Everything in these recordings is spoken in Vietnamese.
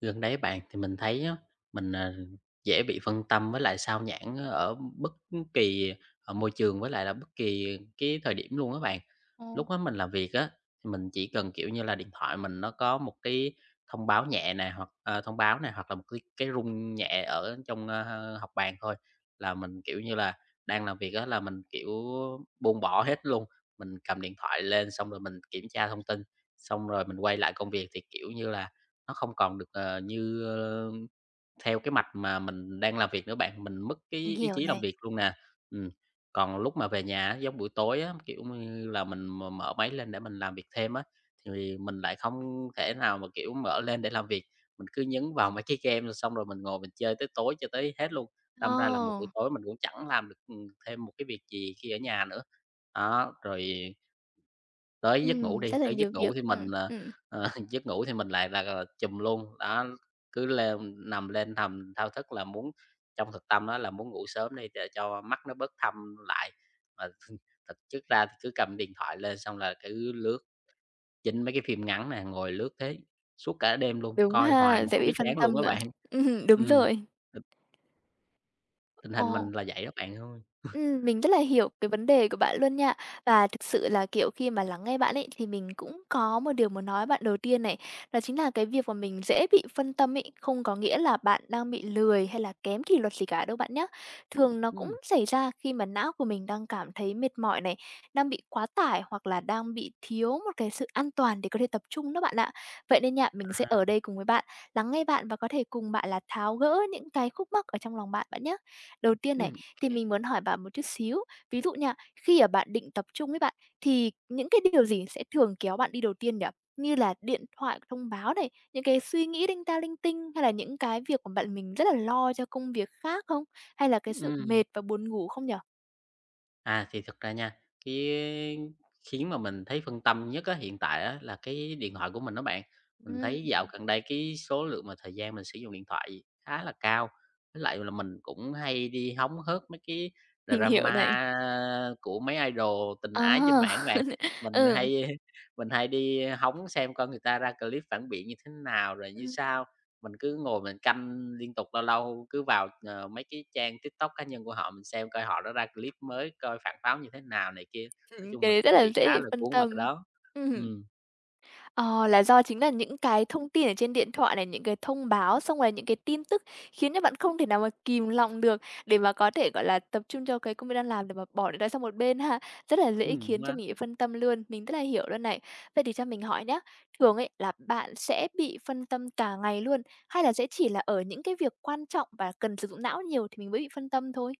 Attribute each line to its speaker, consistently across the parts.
Speaker 1: Gần đấy bạn, thì mình thấy á, mình, dễ bị phân tâm với lại sao nhãng ở bất kỳ, ở môi trường với lại là bất kỳ cái thời điểm luôn á bạn.
Speaker 2: Ồ,
Speaker 1: Lúc đó mình làm việc á, thì mình chỉ cần, kiểu như là, điện thoại mình nó có một cái thông báo nhẹ này hoặc thông báo này hoặc là một cái rung nhẹ ở trong, học bàn thôi là mình, kiểu như là, đang làm việc á là mình, kiểu, buông bỏ hết luôn. Mình cầm điện thoại lên xong rồi mình kiểm tra thông tin, xong rồi mình quay lại công việc thì, kiểu như là, nó không còn được, như, theo cái mạch mà mình đang làm việc nữa bạn, mình mất cái
Speaker 2: mình
Speaker 1: ý
Speaker 2: hiểu
Speaker 1: chí làm
Speaker 2: này.
Speaker 1: việc luôn nè. Ừm, còn lúc mà về nhà á, giống buổi tối á, kiểu như là, mình m mở máy lên để mình làm việc thêm á, thì mình lại không thể nào mà, kiểu, mở lên để làm việc, mình cứ nhấn vào mấy cái game rồi xong rồi mình ngồi mình chơi tới tối cho tới hết luôn.
Speaker 2: Ồ,
Speaker 1: Đâm ra là một buổi tối mình cũng chẳng làm được, thêm một cái việc gì khi ở nhà nữa. Đó, rồi tới giấc ngủ đi,
Speaker 2: rất là
Speaker 1: tới giấc
Speaker 2: nhiều
Speaker 1: ngủ
Speaker 2: việc.
Speaker 1: thì mình, ờ, giấc ngủ thì mình lại là, trùm luôn, đó, cứ lêu nằm lên thầm thao thức là muốn trong thực tâm đó là muốn ngủ sớm đi để cho mắt nó bớt thâm lại. Mà thực chất ra thì cứ cầm điện thoại lên xong là cứ lướt chính mấy cái phim ngắn nè, ngồi lướt thế suốt cả đêm luôn,
Speaker 2: Đúng
Speaker 1: coi hoài
Speaker 2: ha,
Speaker 1: mà
Speaker 2: dễ
Speaker 1: không
Speaker 2: bị
Speaker 1: biết
Speaker 2: phân
Speaker 1: chán
Speaker 2: tâm
Speaker 1: luôn các
Speaker 2: mà.
Speaker 1: bạn.
Speaker 2: Đúng
Speaker 1: Ừm,
Speaker 2: rồi.
Speaker 1: tình tình hình
Speaker 2: Ồ.
Speaker 1: mình là vậy đó bạn ơi.
Speaker 2: Mình rất là hiểu cái vấn đề của bạn luôn nha. Và thực sự là, kiểu, khi mà lắng nghe bạn ấy, thì mình cũng có một điều muốn nói bạn đầu tiên này, đó chính là cái việc mà mình dễ bị phân tâm ấy, không có nghĩa là bạn đang bị lười hay là kém kỷ luật gì cả đâu bạn nhá. Thường nó cũng
Speaker 1: Ừm,
Speaker 2: xảy ra khi mà não của mình đang cảm thấy mệt mỏi này, đang bị quá tải hoặc là đang bị thiếu một cái sự an toàn để có thể tập trung đó bạn ạ. Vậy nên nha, mình sẽ
Speaker 1: à,
Speaker 2: ở đây cùng với bạn, lắng nghe bạn và có thể cùng bạn là tháo gỡ những cái khúc mắc ở trong lòng bạn, bạn nhá. Đầu tiên này,
Speaker 1: ô
Speaker 2: thì
Speaker 1: kê.
Speaker 2: mình muốn hỏi bạn một chút xíu. Ví dụ nha, khi mà bạn định tập trung ấy bạn, thì những cái điều gì sẽ thường kéo bạn đi đầu tiên nhỉ? Như là điện thoại thông báo này, những cái suy nghĩ linh ta linh tinh hay là những cái việc của bạn mình rất là lo cho công việc khác không? Hay là cái sự mệt và buồn ngủ không nhỉ?
Speaker 1: À, thì thực ra nha, cái khiến mà mình thấy phân tâm nhất á, hiện tại á, là cái điện thoại của mình đó bạn. Mình
Speaker 2: Ừm,
Speaker 1: thấy dạo gần đây cái số lượng mà thời gian mình sử dụng điện thoại khá là cao, với lại là mình cũng hay đi hóng hớt mấy cái
Speaker 2: mình hiểu này.
Speaker 1: drama của mấy idol tình
Speaker 2: Ờ,
Speaker 1: ái trên mạng bạn. Mình
Speaker 2: ừ,
Speaker 1: hay mình hay đi hóng xem coi người ta ra clip phản biện như thế nào, rồi như
Speaker 2: ừm,
Speaker 1: sao. Mình cứ ngồi mình canh liên tục, lâu lâu cứ vào, mấy cái trang TikTok cá nhân của họ mình xem coi họ đã ra clip mới, coi phản pháo như thế nào này kia. Nói chung
Speaker 2: cái
Speaker 1: mình
Speaker 2: đấy rất
Speaker 1: cũng
Speaker 2: là
Speaker 1: bị
Speaker 2: dễ
Speaker 1: khá là
Speaker 2: phân
Speaker 1: cuốn vào cái
Speaker 2: tâm.
Speaker 1: đó.
Speaker 2: Ừm.
Speaker 1: Ừm,
Speaker 2: Ờ, là do chính là những cái thông tin ở trên điện thoại này, những cái thông báo, xong rồi những cái tin tức khiến cho bạn không thể nào mà kìm lòng được để mà có thể, gọi là, tập trung cho cái công việc đang làm để mà bỏ điện thoại sang một bên ha. Rất là dễ
Speaker 1: đúng
Speaker 2: khiến cho
Speaker 1: á.
Speaker 2: mình bị phân tâm luôn, mình rất là hiểu luôn này. Vậy thì cho mình hỏi nhá, thường ấy là bạn sẽ bị phân tâm cả ngày luôn, hay là sẽ chỉ là ở những cái việc quan trọng và cần sử dụng não nhiều thì mình mới bị phân tâm thôi?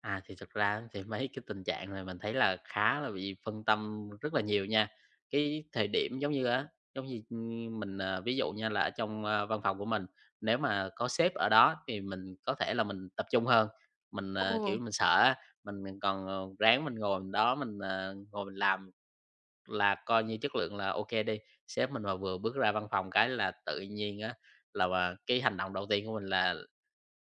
Speaker 1: À, thì thực ra thì mấy cái tình trạng này mình thấy là khá là bị phân tâm rất là nhiều nha. Cái thời điểm giống như á, giống như, mình, ví dụ nha là ở trong, văn phòng của mình, nếu mà có sếp ở đó thì mình có thể là mình tập trung hơn. Mình,
Speaker 2: Ừ.
Speaker 1: kiểu, mình sợ á, mình còn, ráng mình ngồi đó mình, ngồi mình làm là coi như chất lượng là OK đi. Sếp mình mà vừa bước ra văn phòng cái là tự nhiên á, là mà cái hành động đầu tiên của mình là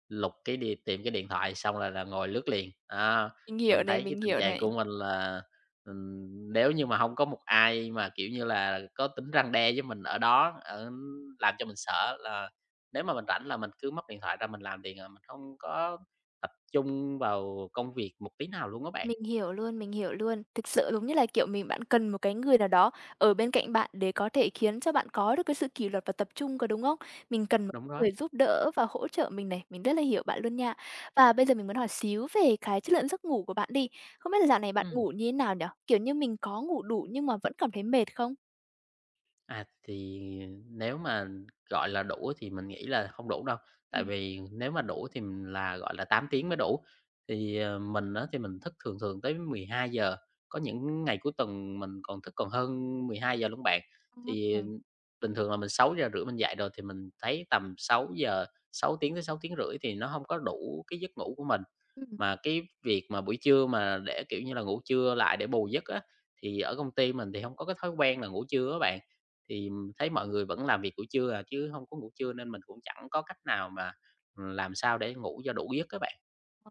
Speaker 1: lục cái đi tìm cái điện thoại xong là ngồi lướt liền. Đó,
Speaker 2: Mình hiểu
Speaker 1: mình
Speaker 2: này,
Speaker 1: thấy cái
Speaker 2: mình
Speaker 1: tình
Speaker 2: hiểu
Speaker 1: trạng
Speaker 2: này.
Speaker 1: của mình là, nếu như mà không có một ai mà, kiểu như là, có tính răn đe với mình ở đó, ở làm cho mình sợ là nếu mà mình rảnh là mình cứ móc điện thoại ra mình làm liền à, mình hông có tập trung vào công việc một tí nào luôn á bạn.
Speaker 2: Mình hiểu luôn, mình hiểu luôn. Thực sự đúng như là, kiểu, mình bạn cần một cái người nào đó ở bên cạnh bạn để có thể khiến cho bạn có được cái sự kỷ luật và tập trung, có đúng không? Mình cần một
Speaker 1: Đúng đó,
Speaker 2: người giúp đỡ và hỗ trợ mình này, mình rất là hiểu bạn luôn nha. Và bây giờ mình muốn hỏi xíu về cái chất lượng giấc ngủ của bạn đi. Không biết là dạo này bạn
Speaker 1: ừm.
Speaker 2: ngủ như thế nào nhỉ? Kiểu như, mình có ngủ đủ nhưng mà vẫn cảm thấy mệt không?
Speaker 1: À, thì nếu mà, gọi là, đủ thì mình nghĩ là không đủ đâu, tại
Speaker 2: Ừm.
Speaker 1: vì nếu mà đủ thì mình là, gọi là, 8 tiếng mới đủ. Thì, mình đó thì mình thức thường thường tới mười hai giờ. Có những ngày cuối tuần mình còn thức còn hơn 12:00 luôn bạn. Thì,
Speaker 2: Ừm.
Speaker 1: bình thường là mình sáu giờ rưỡi mình dậy rồi thì mình thấy tầm sáu giờ, 6 tiếng tới sáu tiếng rưỡi thì nó không có đủ cái giấc ngủ của mình. Mà cái việc mà buổi trưa mà để, kiểu như là, ngủ trưa lại để bù giấc á, thì ở công ty mình thì không có cái thói quen là ngủ trưa á bạn. Thấy mọi người vẫn làm việc buổi trưa à, chứ không có ngủ trưa nên mình cũng chẳng có cách nào mà, làm sao để ngủ cho đủ giấc các bạn.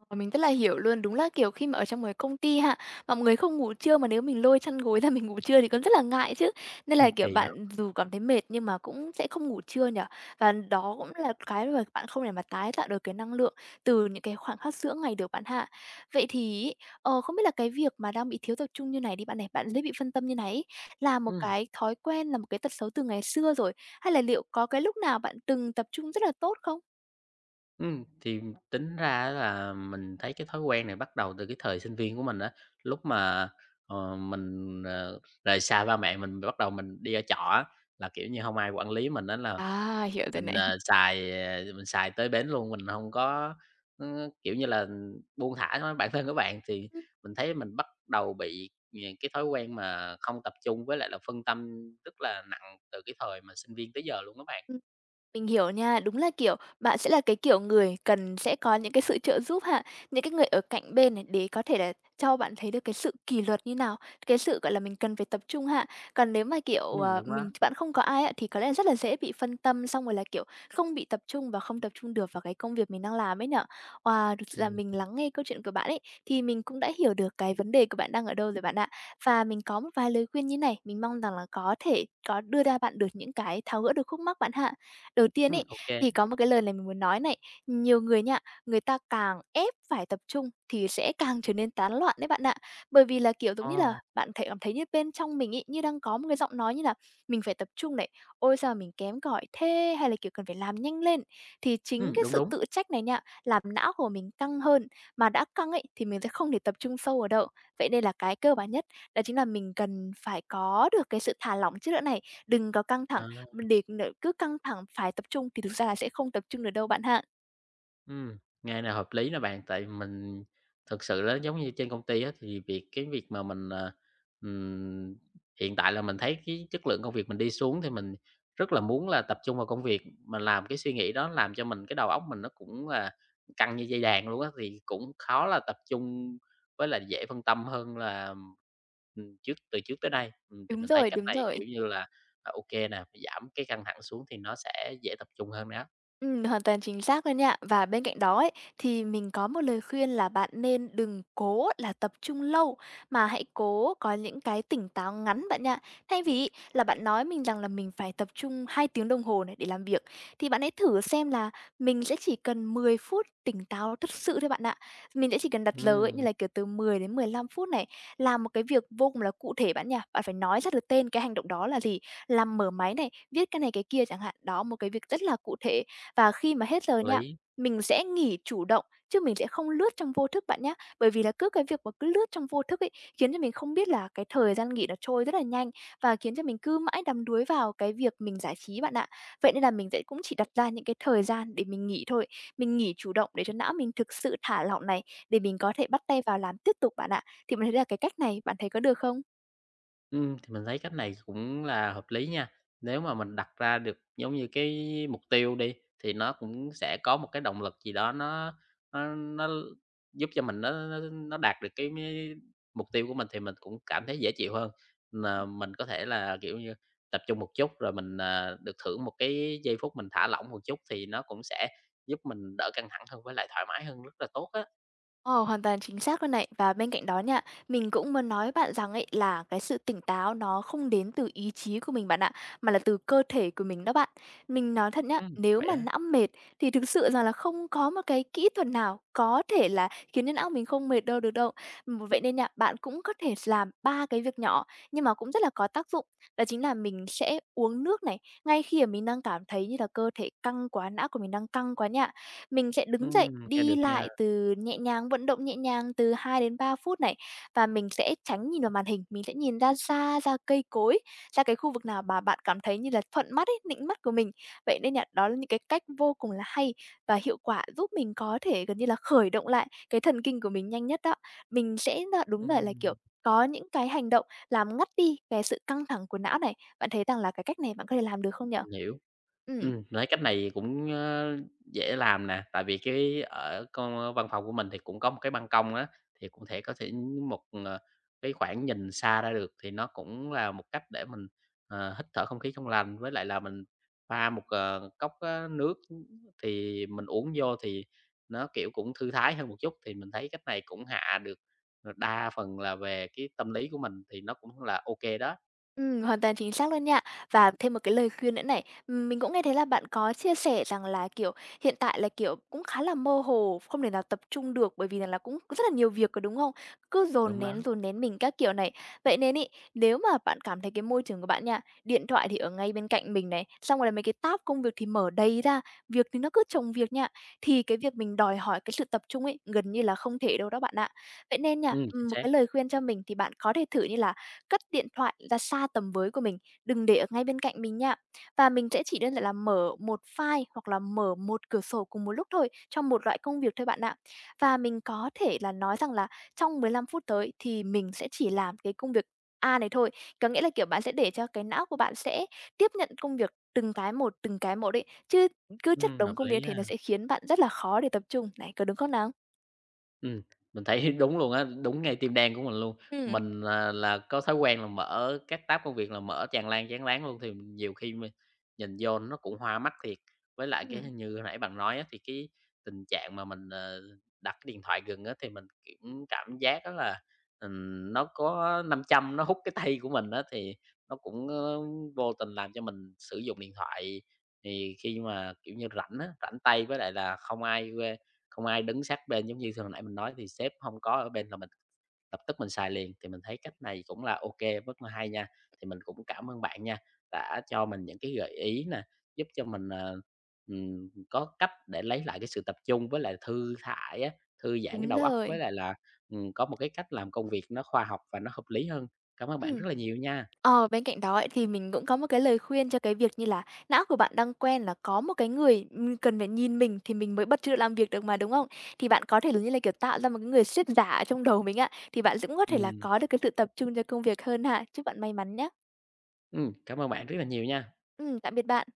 Speaker 2: Ờ, mình rất là hiểu luôn, đúng là, kiểu, khi mà ở trong một cái công ty ha, mọi người không ngủ trưa mà nếu mình lôi chăn gối ra mình ngủ trưa thì còn rất là ngại chứ. Nên là, kiểu,
Speaker 1: Kỳ lắm.
Speaker 2: bạn dù cảm thấy mệt nhưng mà cũng sẽ không ngủ trưa nhỉ? Và đó cũng là cái mà bạn không thể mà tái tạo được cái năng lượng từ những cái khoảng khắc giữa ngày được bạn hạ. Vậy thì ấy, không biết là cái việc mà đang bị thiếu tập trung như này đi bạn này, bạn dễ bị phân tâm như này ấy, là một
Speaker 1: Ừm,
Speaker 2: cái thói quen, là một cái tật xấu từ ngày xưa rồi? Hay là liệu có cái lúc nào bạn từng tập trung rất là tốt không?
Speaker 1: thì tính ra là mình thấy cái thói quen này bắt đầu từ cái thời sinh viên của mình á. Lúc mà, mình, rời xa ba mẹ mình bắt đầu mình đi ở trọ á, là, kiểu như, không ai quản lý mình á là
Speaker 2: À, hiểu rồi
Speaker 1: mình,
Speaker 2: này.
Speaker 1: mình xài tới bến luôn, mình không có, kiểu như là, buông thả nó bản thân của bạn thì mình thấy mình bắt đầu bị những cái thói quen mà không tập trung với lại là phân tâm rất là nặng từ cái thời mà sinh viên tới giờ luôn á bạn.
Speaker 2: Mình hiểu nha, đúng là, kiểu, bạn sẽ là cái kiểu người cần sẽ có những cái sự trợ giúp ha, những cái người ở cạnh bên này để có thể là cho bạn thấy được cái sự kỷ luật như nào, cái sự, gọi là, mình cần phải tập trung ha. Còn nếu mà, kiểu,
Speaker 1: Đúng đó.
Speaker 2: mình bạn không có ai á, thì có lẽ rất là dễ bị phân tâm, xong rồi là, kiểu, không bị tập trung và không tập trung được vào cái công việc mình đang làm ấy nhỉ? Wow, thực sự là
Speaker 1: Ừm.
Speaker 2: mình lắng nghe câu chuyện của bạn ấy, thì mình cũng đã hiểu được cái vấn đề của bạn đang ở đâu rồi bạn ạ. Và mình có một vài lời khuyên như này, mình mong rằng là có thể có đưa ra bạn được những cái tháo gỡ được khúc mắc bạn ha. Đầu tiên ấy,
Speaker 1: Ô.
Speaker 2: thì có một cái lời này mình muốn nói này, nhiều người nha, người ta càng ép phải tập trung thì sẽ càng trở nên tán loạn đấy bạn ạ. Bởi vì là, kiểu, giống như là,
Speaker 1: Ồ,
Speaker 2: bạn thể cảm thấy như bên trong mình ấy, như đang có một cái giọng nói như là "Mình phải tập trung này, ôi, sao mình kém cỏi thế!" hay là, kiểu, "Cần phải làm nhanh lên." Thì chính cái
Speaker 1: đúng,
Speaker 2: sự
Speaker 1: đúng.
Speaker 2: tự trách này nha, làm não của mình căng hơn, mà đã căng ấy thì mình sẽ không thể tập trung sâu ở đâu. Vậy nên là cái cơ bản nhất đó chính là mình cần phải có được cái sự thả lỏng trước đã này, đừng có căng thẳng
Speaker 1: À.
Speaker 2: mình để cứ căng thẳng phải tập trung thì thực ra là sẽ không tập trung được đâu bạn ha.
Speaker 1: Ừm, nghe này hợp lý nè bạn, tại mình thực sự là giống như trên công ty á, thì cái việc mà mình, ừm, hiện tại là mình thấy cái chất lượng công việc mình đi xuống thì mình rất là muốn là tập trung vào công việc, mà làm cái suy nghĩ đó làm cho mình cái đầu óc mình nó cũng là căng như dây đàn luôn á, thì cũng khó là tập trung với là dễ phân tâm hơn là, trước từ trước tới đây. Thì
Speaker 2: Đúng
Speaker 1: mình thấy
Speaker 2: rồi,
Speaker 1: cách
Speaker 2: đúng
Speaker 1: này, kiểu
Speaker 2: rồi.
Speaker 1: như là, ô nè, giảm cái căng thẳng xuống thì nó sẽ dễ tập trung hơn đó.
Speaker 2: Hoàn toàn chính xác luôn nha. Và bên cạnh đó ấy, thì mình có một lời khuyên là bạn nên đừng cố là tập trung lâu, mà hãy cố có những cái tỉnh táo ngắn bạn nha. Thay vì là bạn nói mình rằng là mình phải tập trung 2 tiếng đồng hồ này để làm việc, thì bạn hãy thử xem là mình sẽ chỉ cần 10 phút tỉnh táo thật sự thôi bạn ạ. Mình sẽ chỉ cần đặt lời ấy, như
Speaker 1: Ừm,
Speaker 2: là kiểu từ 10 đến 15 phút này, làm một cái việc vô cùng là cụ thể bạn nha. Bạn phải nói ra được tên cái hành động đó là gì, làm mở máy này, viết cái này cái kia chẳng hạn. Đó, một cái việc rất là cụ thể và khi mà hết giờ nha,
Speaker 1: lý.
Speaker 2: mình sẽ nghỉ chủ động, chứ mình sẽ không lướt trong vô thức bạn nhá. Bởi vì là cứ cái việc mà cứ lướt trong vô thức ấy, khiến cho mình không biết là cái thời gian nghỉ nó trôi rất là nhanh và khiến cho mình cứ mãi đắm đuối vào cái việc mình giải trí bạn ạ. Vậy nên là mình sẽ cũng chỉ đặt ra những cái thời gian để mình nghỉ thôi. Mình nghỉ chủ động để cho não mình thực sự thả lỏng này, để mình có thể bắt tay vào làm tiếp tục bạn ạ. Thì mình thấy là cái cách này bạn thấy có được không?
Speaker 1: Thì mình thấy cách này cũng là hợp lý nha. Nếu mà mình đặt ra được giống như cái mục tiêu đi, thì nó cũng sẽ có một cái động lực gì đó nó giúp cho mình nó đạt được cái mục tiêu của mình thì mình cũng cảm thấy dễ chịu hơn. Mà mình có thể là, kiểu như, tập trung một chút rồi mình, được thưởng một cái giây phút mình thả lỏng một chút thì nó cũng sẽ giúp mình đỡ căng thẳng hơn với lại thoải mái hơn rất là tốt á.
Speaker 2: Ồ, hoàn toàn chính xác luôn này. Và bên cạnh đó nha, mình cũng muốn nói với bạn rằng ấy là cái sự tỉnh táo nó không đến từ ý chí của mình bạn ạ, mà là từ cơ thể của mình đó bạn. Mình nói thật nhá, nếu
Speaker 1: Vậy
Speaker 2: mà
Speaker 1: á?
Speaker 2: não mệt thì thực sự rằng là không có một cái kỹ thuật nào có thể là khiến cho não mình không mệt đâu được đâu. Vậy nên nha, bạn cũng có thể làm ba cái việc nhỏ nhưng mà cũng rất là có tác dụng. Đó chính là mình sẽ uống nước này ngay khi mà mình đang cảm thấy như là cơ thể căng quá, não của mình đang căng quá nha mình sẽ đứng dậy,
Speaker 1: Nghe được
Speaker 2: đi
Speaker 1: nha.
Speaker 2: lại từ nhẹ nhàng, vận động nhẹ nhàng từ 2 đến 3 phút này, và mình sẽ tránh nhìn vào màn hình, mình sẽ nhìn ra xa, ra cây cối, ra cái khu vực nào mà bạn cảm thấy như là thuận mắt ấy, nịnh mắt của mình. Vậy nên là đó là những cái cách vô cùng là hay và hiệu quả giúp mình có thể gần như là khởi động lại cái thần kinh của mình nhanh nhất đó. Mình sẽ là đúng là, kiểu,
Speaker 1: Ừm,
Speaker 2: có những cái hành động làm ngắt đi cái sự căng thẳng của não này. Bạn thấy rằng là cái cách này bạn có thể làm được không nhở?
Speaker 1: mình hiểu.
Speaker 2: Ừm.
Speaker 1: Thấy cách này cũng, dễ làm nè, tại vì cái ở con văn phòng của mình thì cũng có một cái ban công á, thì cũng thể có thể một, cái khoảng nhìn xa ra được, thì nó cũng là một cách để mình, hít thở không khí trong lành. Với lại là mình pha một, cốc á nước thì mình uống vô thì nó, kiểu, cũng thư thái hơn một chút, thì mình thấy cách này cũng hạ được, đa phần là về cái tâm lý của mình thì nó cũng là ok đó.
Speaker 2: Hoàn toàn chính xác luôn nha. Và thêm một cái lời khuyên nữa này, mình cũng nghe thấy là bạn có chia sẻ rằng là, kiểu, hiện tại là, kiểu, cũng khá là mơ hồ, không thể nào tập trung được bởi vì rằng là cũng rất là nhiều việc, có đúng không? Cứ
Speaker 1: Đúng đó,
Speaker 2: dồn nén mình các kiểu này. Vậy nên ấy, nếu mà bạn cảm thấy cái môi trường của bạn nha, điện thoại thì ở ngay bên cạnh mình này, xong rồi là mấy cái tab công việc thì mở đầy ra, việc thì nó cứ chồng việc nha, thì cái việc mình đòi hỏi cái sự tập trung ấy, gần như là không thể đâu đó bạn ạ. Vậy nên nha,
Speaker 1: chính
Speaker 2: một
Speaker 1: xác,
Speaker 2: cái lời khuyên cho mình thì bạn có thể thử như là cất điện thoại ra xa tầm với của mình, đừng để ở ngay bên cạnh mình nha. Và mình sẽ chỉ đơn giản là mở một file hoặc là mở một cửa sổ cùng một lúc thôi trong một loại công việc thôi bạn ạ. Và mình có thể là nói rằng là trong 15 phút tới thì mình sẽ chỉ làm cái công việc A này thôi. Có nghĩa là, kiểu, bạn sẽ để cho cái não của bạn sẽ tiếp nhận công việc từng cái một đấy chứ cứ chất đống
Speaker 1: hợp
Speaker 2: công
Speaker 1: lý
Speaker 2: việc
Speaker 1: á.
Speaker 2: thế nó sẽ khiến bạn rất là khó để tập trung. Này, có đúng không nào?
Speaker 1: Ừm, mình thấy đúng luôn á, đúng ngay tim đen của mình luôn.
Speaker 2: Ừ,
Speaker 1: Mình là có thói quen là mở các tab công việc là mở tràn lan chán láng luôn, thì nhiều khi mình nhìn vô nó cũng hoa mắt thiệt. Với lại cái
Speaker 2: ừm.
Speaker 1: như hồi nãy bạn nói á, thì cái tình trạng mà mình, đặt cái điện thoại gần á, thì mình, cũng cảm giác đó là, nó có 500 nó hút cái tay của mình á, thì nó cũng, vô tình làm cho mình sử dụng điện thoại thì khi mà, kiểu như, rảnh á, rảnh tay với lại là không ai đứng sát bên giống như thường nãy mình nói thì sếp không có ở bên là mình lập tức mình xài liền, thì mình thấy cách này cũng là ok rất là hay nha. Thì mình cũng cảm ơn bạn nha, đã cho mình những cái gợi ý nè, giúp cho mình, có cách để lấy lại cái sự tập trung với lại thư thải á, thư giãn cái
Speaker 2: Đúng
Speaker 1: đầu óc, với
Speaker 2: rồi.
Speaker 1: lại là, có một cái cách làm công việc nó khoa học và nó hợp lý hơn. Cảm ơn bạn
Speaker 2: Ừm.
Speaker 1: rất là nhiều nha.
Speaker 2: Bên cạnh đó ấy, thì mình cũng có một cái lời khuyên cho cái việc như là não của bạn đang quen là có một cái người, cần phải nhìn mình thì mình mới bật chế độ làm việc được mà, đúng không? Thì bạn có thể là như là, kiểu, tạo ra một cái người sếp giả ở trong đầu mình ạ thì bạn cũng có thể là
Speaker 1: Ừm,
Speaker 2: có được cái sự tập trung cho công việc hơn ha. Chúc bạn may mắn nhé.
Speaker 1: cảm ơn bạn rất là nhiều nha.
Speaker 2: Tạm biệt bạn.